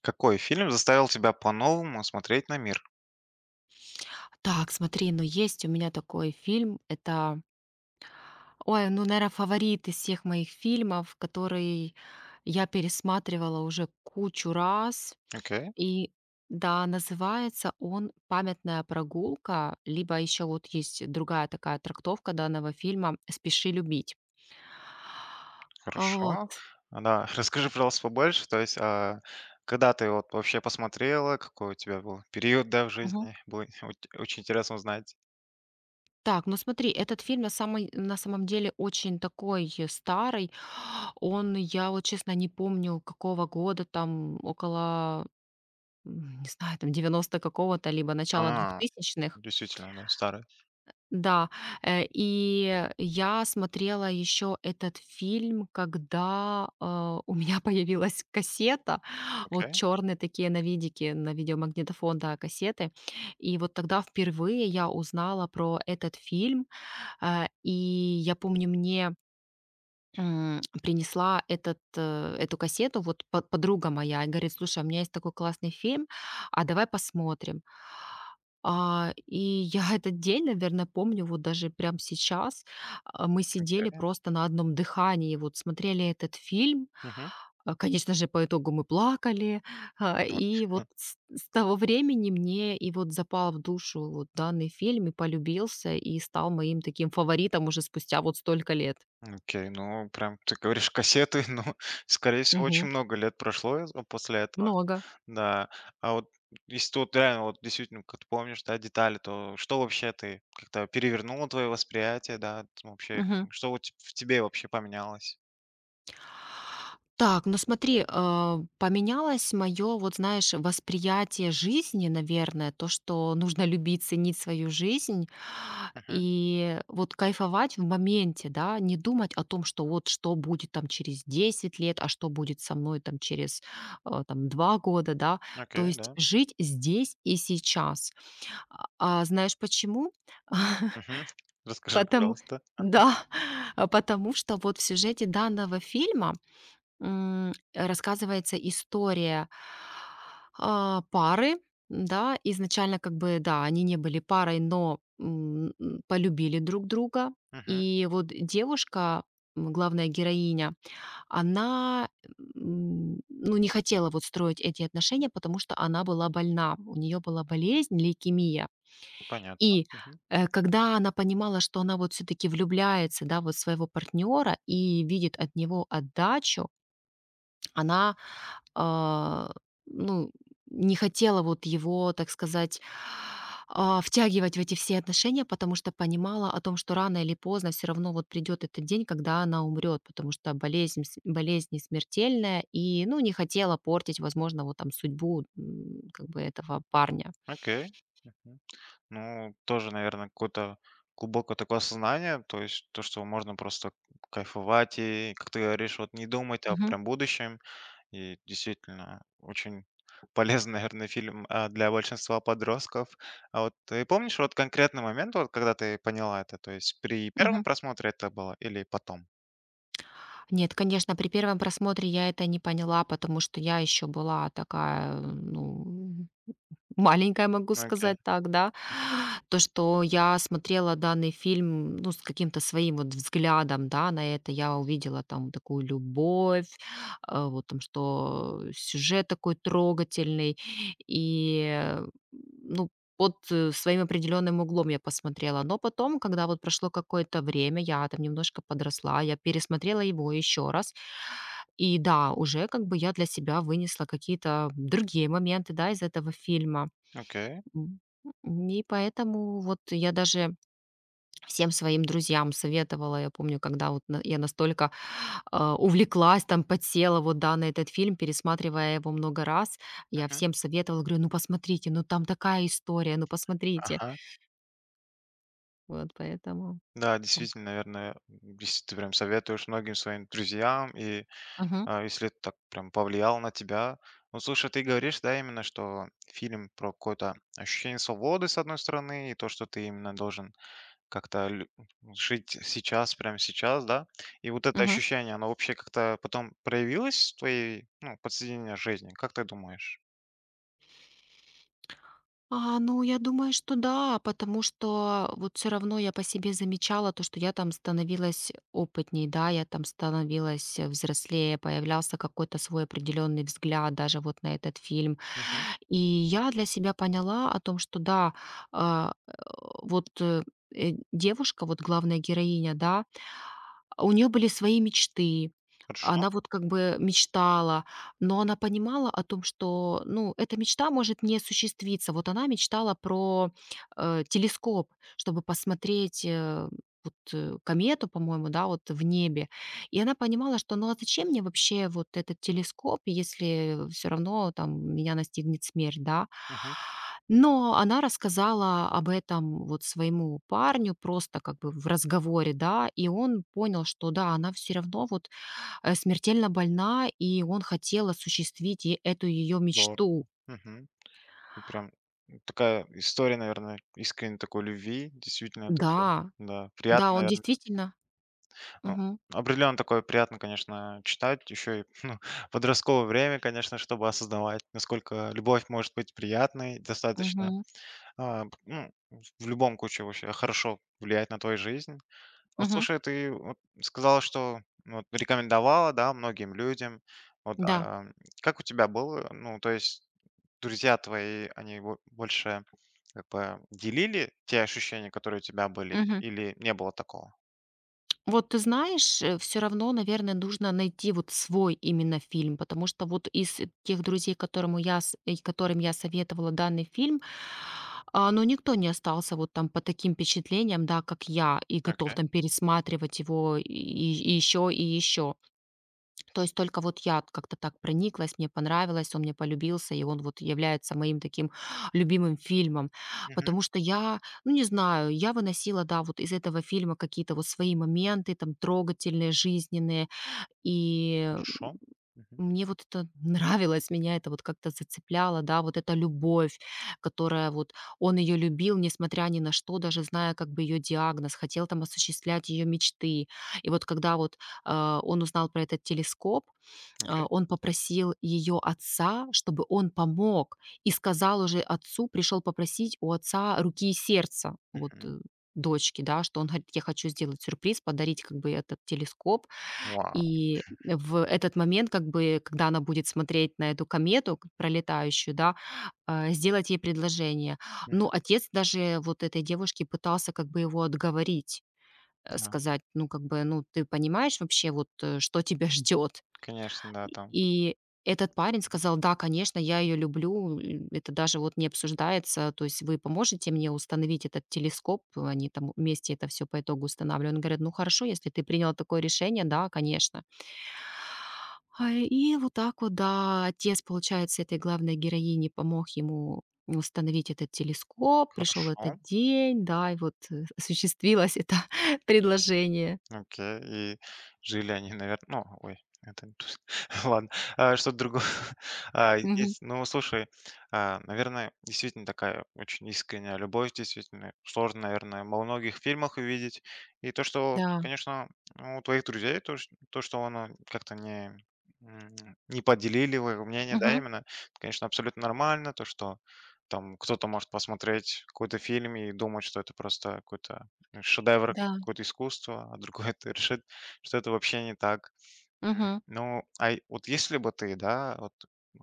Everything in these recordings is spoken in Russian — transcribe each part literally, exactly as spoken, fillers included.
Какой фильм заставил тебя по-новому смотреть на мир? Так, смотри, но есть у меня такой фильм. Это, ой, ну, наверное, фаворит из всех моих фильмов, который я пересматривала уже кучу раз. Окей, И да, называется он «Памятная прогулка», либо еще вот есть другая такая трактовка данного фильма «Спеши любить». А, хорошо. А, да, расскажи, пожалуйста, побольше. То есть, а, когда ты вот вообще посмотрела, какой у тебя был период, да, в Вот. жизни? Будет оч- очень интересно узнать. Так, ну смотри, этот фильм на самой на самом деле очень такой э, старый. Он, я вот честно не помню, какого года, там около, м, не знаю, там девяностого какого-то, либо начала А, двухтысячных. действительно, да, старый. Да, э, и я смотрела еще этот фильм, когда, а, у меня появилась кассета. Вот Окей, черные такие на видике, на видеомагнитофон, да, кассеты. И вот тогда впервые я узнала про этот фильм. А, и я помню, мне М, принесла этот, э, эту кассету вот по подруга моя и говорит: «Слушай, у меня есть такой классный фильм, а давай посмотрим». А, и я этот день, наверное, помню вот даже прямо сейчас. А, мы сидели окей. просто на одном дыхании, вот смотрели этот фильм. Мгм. А, конечно же, по итогу мы плакали. А, Вот. И вот с с того времени мне и вот запал в душу вот данный фильм, и полюбился, и стал моим таким фаворитом уже спустя вот столько лет. Окей, ну прям ты говоришь кассеты, ну, скорее всего, очень много лет прошло из- ну, после этого. Много. Да. А вот если ты вот реально вот действительно, как ты помнишь, да, детали, то что вообще ты как-то перевернуло твое восприятие, да, т вообще, Мгм. что вот ть в тебе вообще поменялось? Так, ну смотри, э, поменялось мое, вот знаешь, восприятие жизни, наверное, то, что нужно любить, ценить свою жизнь Мгм. и вот кайфовать в моменте, да, не думать о том, что вот что будет там через десять лет, а что будет со мной там через э, там два года, да, то Окей, есть да. жить здесь и сейчас. А а знаешь почему? Мгм. Расскажи, Потому, пожалуйста. да, а потому что вот в сюжете данного фильма м, рассказывается история, а, пары. Да, изначально как бы, да, они не были парой, но, м, м, полюбили друг друга. Мгм. И вот девушка, м, главная героиня, она, м, ну, не хотела вот строить эти отношения, потому что она была больна. У нее была болезнь — лейкемия. Понятно. И, Мгм. э, когда она понимала, что она вот все таки влюбляется, да, вот в своего партнера и видит от него отдачу, она а, ну, не хотела вот его, так сказать, а, втягивать в эти все отношения, потому что понимала о том, что рано или поздно все равно вот придет этот день, когда она умрет, потому что болезнь, с- болезнь не смертельная, и, ну, не хотела портить, возможно, вот там судьбу м, как бы этого парня. Окей. Мгм. Ну, тоже, наверное, какое-то глубокое такое осознание, то есть то, что можно просто кайфовать и, как ты говоришь, вот не думать о Мгм. прям будущем. И действительно, очень полезный, наверное, фильм, а, для большинства подростков. А вот ты помнишь вот конкретный момент, вот когда ты поняла это? То есть при первом Мгм. просмотре это было или потом? Нет, конечно, при первом просмотре я это не поняла, потому что я еще была такая, ну, маленькая, могу Ну, окей. сказать так, да. Мгм. То, что я смотрела данный фильм, ну, с каким-то своим вот взглядом, да, на это. Я увидела там такую любовь, а, вот там, что сюжет такой трогательный. И, э, ну, под э, своим определенным углом я посмотрела. Но потом, когда вот прошло какое-то время, я там немножко подросла, я пересмотрела его еще раз. И да, уже как бы я для себя вынесла какие-то другие моменты, да, из этого фильма. Окей. М. И поэтому вот я даже всем своим друзьям советовала. Я помню, когда вот на я настолько, а, увлеклась, там, подсела вот, да, на этот фильм, пересматривая его много раз, я Мгм. всем советовала, говорю: «Ну, посмотрите, ну, там такая история, ну, посмотрите». Ага. Вот поэтому Да, так. действительно, наверное, если ты прям советуешь многим своим друзьям, и, Мгм. а, если это так прям повлияло на тебя. Ну, слушай, ты говоришь, да, именно, что фильм про какое-то ощущение свободы, с одной стороны, и то, что ты именно должен как-то лю жить сейчас, прямо сейчас, да? И вот это ощущение, оно вообще как-то потом проявилось в твоей, ну, повседневной жизни? Как ты думаешь? А, ну, я думаю, что да, потому что вот все равно я по себе замечала то, что я там становилась опытней, да, я там становилась, э, взрослее, появлялся какой-то свой определенный взгляд даже вот на этот фильм. Мгм. И я для себя поняла о том, что да, а, э, вот, э, э, девушка, вот главная героиня, да, у нее были свои мечты. Хорошо. Она вот как бы мечтала, но она понимала о том, что, ну, эта мечта может не осуществиться. Вот она мечтала про, э, телескоп, чтобы посмотреть, э, вот, э, комету, по-моему, да, вот в небе. И она понимала, что, ну, а зачем мне вообще вот этот телескоп, если все равно там меня настигнет смерть, да? Мгм. Но она рассказала об этом вот своему парню просто как бы в разговоре, да, и он понял, что да, она все равно вот, э, смертельно больна, и он хотел осуществить е эту ее Здорово. мечту. Мгм. И прям, такая история, наверное, искренней такой любви. Действительно, это все. Да, Да, да, приятно, он наверное. действительно. Ну, Мгм, определенно такое приятно, конечно, читать. Еще и, ну, подростковое время, конечно, чтобы осознавать, насколько любовь может быть приятной достаточно. мгм, А, ну, в любом случае вообще хорошо влияет на твою жизнь. Вот мгм, слушай, ты вот сказала, что ну, вот рекомендовала, да, многим людям. Вот, да. а, как у тебя было? Ну, то есть друзья твои, они бо- больше как бы делили те ощущения, которые у тебя были, или не было такого? Вот ты знаешь, все равно, наверное, нужно найти вот свой именно фильм, потому что вот из тех друзей, которому я, с- и которым я советовала данный фильм, а, ну, никто не остался вот там по таким впечатлениям, да, как я, и готов Окей. там пересматривать его и еще и еще. То есть только вот я как-то так прониклась, мне понравилось, он мне полюбился, и он вот является моим таким любимым фильмом. Мгм. Потому что я, ну не знаю, я выносила, да, вот из этого фильма какие-то вот свои моменты, там, трогательные, жизненные. И м, Хорошо. Мгм. мне вот это нравилось, меня это вот как-то зацепляло, да, вот эта любовь, которая вот он ее любил, несмотря ни на что, даже зная как бы ее диагноз, хотел там осуществлять ее мечты. И вот когда вот э, он узнал про этот телескоп, а, Окей. он попросил ее отца, чтобы он помог, и сказал уже отцу, пришел попросить у отца руки и сердца вот, Мгм. э, дочки, да, что он говорит: «Я хочу сделать сюрприз, подарить как бы этот телескоп». Вау. И в этот момент, как бы, когда она будет смотреть на эту комету к пролетающую, да, а, сделать ей предложение. Мгм. Ну, отец даже вот этой девушки пытался как бы его отговорить, э, Да. сказать: «Ну, как бы, ну, ты понимаешь вообще, вот, э, что тебя ждет?» Конечно, да, там. И этот парень Мгм. сказал: «Да, конечно, я ее люблю, м, это даже вот не обсуждается. То есть вы поможете мне установить этот телескоп?» Они там вместе это все по итогу устанавливают. Он говорит: «Ну хорошо, если ты принял такое решение, да, конечно». А, и вот так вот, да, отец, получается, этой главной героини помог ему установить этот телескоп. Пришел этот Хорошо. день, да, и вот, э, осуществилось это предложение. Окей. И жили они, наверно ну, ой, это не то что ладно, а, что-то другое. А, Мгм. есть ну, слушай, а, наверное, действительно такая очень искренняя любовь, действительно, сложно, наверное, во многих фильмах увидеть. И то, что, Да. конечно, ну, у твоих друзей, то, ш то, что оно как-то не, м, не поделили вы мнение, да, Мгм. именно, это, конечно, абсолютно нормально. То, что там кто-то может посмотреть какой-то фильм и думать, что это просто какой-то шедевр, Да. какое-то искусство, а другой это решит, что это вообще не так. Мгм. Ну, а и- вот если бы ты, да, вот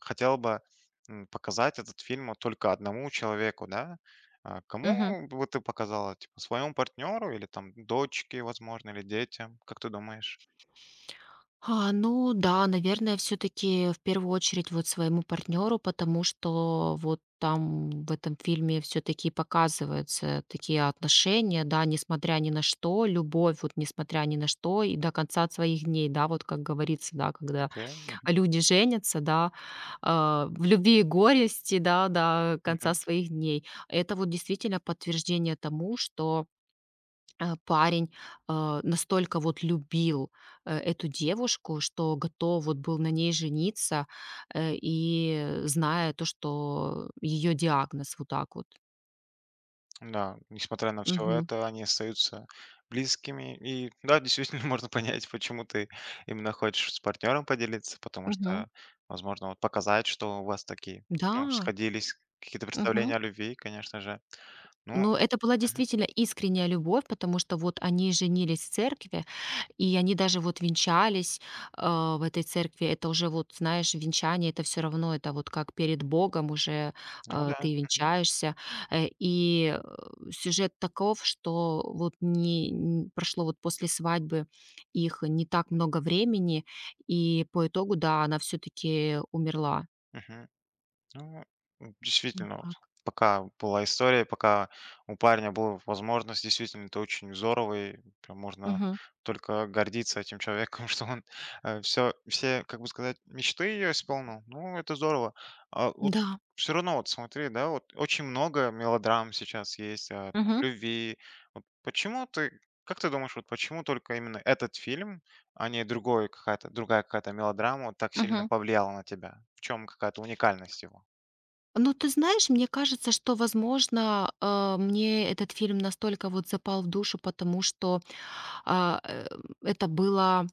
хотел бы м, показать этот фильм вот только одному человеку, да, а кому Мгм. бы ты показала? Типа своему партнеру или там дочке, возможно, или детям? Как ты думаешь? А, ну да, наверное, все таки в первую очередь вот своему партнеру, потому что вот там в этом фильме все таки показываются такие отношения, да, несмотря ни на что, любовь, вот несмотря ни на что и до конца своих дней, да, вот как говорится, да, когда Окей. люди женятся, да, а, в любви и горести, да, до конца своих дней. Это вот действительно подтверждение тому, что Э, парень, э, настолько вот любил, э, эту девушку, что готов вот был на ней жениться, э, и зная то, что ее диагноз вот так вот. Да, несмотря на все Мгм. это, они остаются близкими. И да, действительно, можно понять, почему ты именно хочешь с партнером поделиться, потому Мгм. что, возможно, вот показать, что у вас такие, ну, Да. сходились какие-то Мгм. представления о любви, конечно же. Ну, Но это была мгм, действительно искренняя любовь, потому что вот они женились в церкви, и они даже вот венчались, а, в этой церкви. Это уже вот, знаешь, венчание — это все равно, это вот как перед Богом уже, ну а, да, ты мгм, венчаешься. Э, и, э, сюжет таков, что вот не н прошло вот после свадьбы их не так много времени, и по итогу, да, она все таки умерла. мгм. Ну, м, Вот действительно, вот так. пока была история, пока у парня была возможность, действительно, это очень здорово, и прям можно Мгм. только гордиться этим человеком, что он все, все, как бы сказать, мечты ее исполнил. Ну, это здорово. А вот Да. все равно, вот смотри, да, вот очень много мелодрам сейчас есть о Мгм. любви. Вот почему ты, как ты думаешь, вот почему только именно этот фильм, а не другой какая-то, другая какая-то мелодрама вот так сильно Мгм. повлияла на тебя? В чем какая-то уникальность его? Ну, ты знаешь, мне кажется, что, возможно, э, мне этот фильм настолько вот запал в душу, потому что а, э, это было,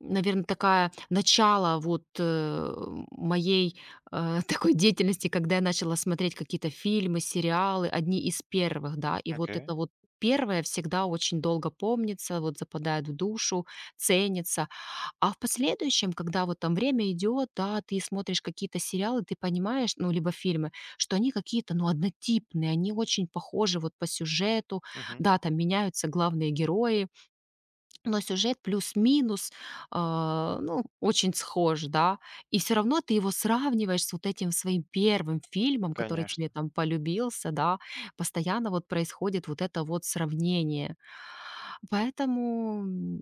наверное, такая начало вот э, моей э, такой деятельности, когда я начала смотреть какие-то фильмы, сериалы, одни из первых, да, и вот Окей. это вот первое всегда очень долго помнится, вот западает в душу, ценится. А в последующем, когда вот там время идет, да, ты смотришь какие-то сериалы, ты понимаешь, ну, либо фильмы, что они какие-то, ну, однотипные, они очень похожи вот по сюжету, Мгм. да, там меняются главные герои, но сюжет плюс-минус, а, ну, очень схож, да, и все равно ты его сравниваешь с вот этим своим первым фильмом, который Конечно, тебе там полюбился, да, постоянно вот происходит вот это вот сравнение. Поэтому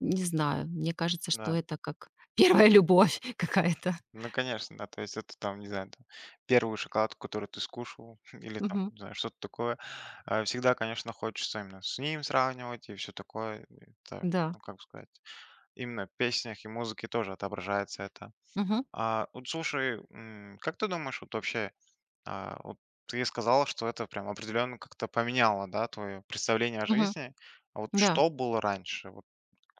не знаю, мне кажется, что да. это как первая любовь какая-то. Ну, конечно, да. То есть это там, не знаю, там, первую шоколадку, которую ты скушал, или там, Мгм. не знаю, что-то такое. А, Всегда, конечно, хочется именно с ним сравнивать и все такое. Это, Да. ну, как сказать, именно в песнях и музыке тоже отображается это. Мгм. А, вот слушай, м, как ты думаешь, вот вообще, а, вот ты сказала, что это прям определенно как-то поменяло, да, твое представление о Мгм. жизни. А вот Да. что было раньше? Вот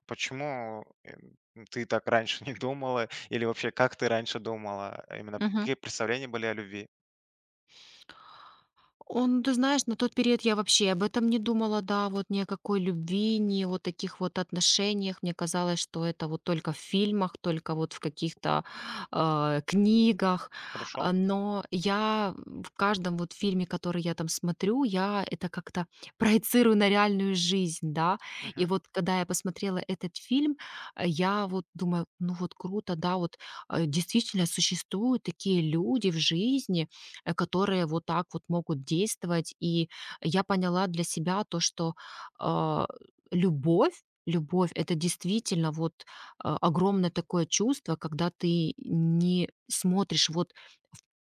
почему, э, ты так раньше не думала? Или вообще, как ты раньше думала? А Именно Мгм. какие представления были о любви? Он, ты знаешь, на тот период я вообще об этом не думала, да, вот ни о какой любви, ни о вот таких вот отношениях. Мне казалось, что это вот только в фильмах, только вот в каких-то э, книгах. Хорошо. А, Но я в каждом вот фильме, который я там смотрю, я это как-то проецирую на реальную жизнь, да. И Мгм. вот когда я посмотрела этот фильм, э, я вот думаю, ну вот круто, да, вот э, действительно существуют такие люди в жизни, э, которые вот так вот могут действовать. И я поняла для себя то, что а, любовь любовь это действительно вот а, огромное такое чувство, когда ты не смотришь вот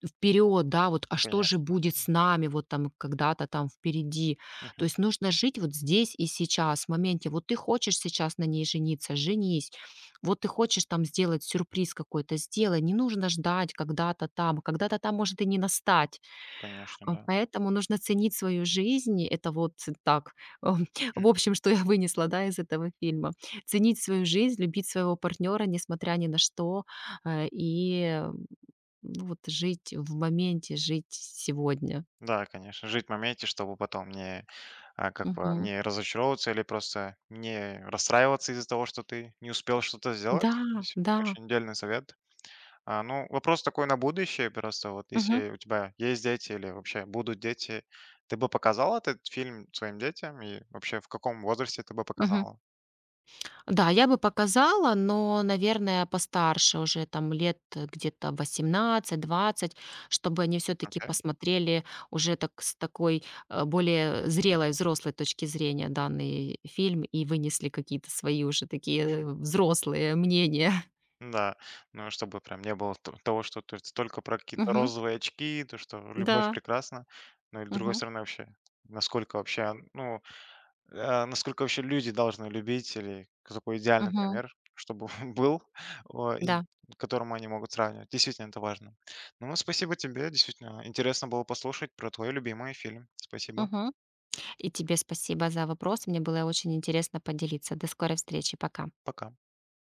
в- вперед, да, вот, а что же Конечно. будет с нами вот там когда-то там впереди. Мгм. То есть нужно жить вот здесь и сейчас, в моменте. Вот ты хочешь сейчас на ней жениться, женись. Вот ты хочешь там сделать сюрприз какой-то — сделай. Не нужно ждать когда-то там. Когда-то там может и не настать. Конечно, А, да. Поэтому нужно ценить свою жизнь. Это вот так, ам, Мгм. в общем, что я вынесла, да, из этого фильма. Ценить свою жизнь, любить своего партнера, несмотря ни на что, э, и э, ну вот жить в моменте, жить сегодня. Да, конечно. Жить в моменте, чтобы потом не, а, как бы, Мгм. не разочаровываться или просто не расстраиваться из-за того, что ты не успел что-то Да, сделать. Здесь да. очень дельный совет. А, ну, вопрос такой на будущее просто. Вот Мгм. если у тебя есть дети или вообще будут дети, ты бы показал этот фильм своим детям? И вообще в каком возрасте ты бы Мгм. показала? Да, я бы показала, но, наверное, постарше уже, там лет, э, где-то восемнадцать-двадцать, чтобы они все таки Окей. посмотрели уже так с такой, э, более зрелой, взрослой точки зрения данный фильм и вынесли какие-то свои уже такие взрослые мнения. Да, ну, чтобы прям не было то- того, что то есть только про какие-то Мгм. розовые очки, то, что любовь Да. прекрасна, ну, или с другой Мгм. стороны вообще, насколько вообще, ну, Э, насколько вообще люди должны любить или к идеальный Мгм. пример, чтобы был, о, и Да. к которому они могут сравнивать. Действительно, это важно. Ну, спасибо тебе. Действительно, интересно было послушать про твой любимый фильм. Спасибо. Мгм. И тебе спасибо за вопрос. Мне было очень интересно поделиться. До скорой встречи. Пока. Пока.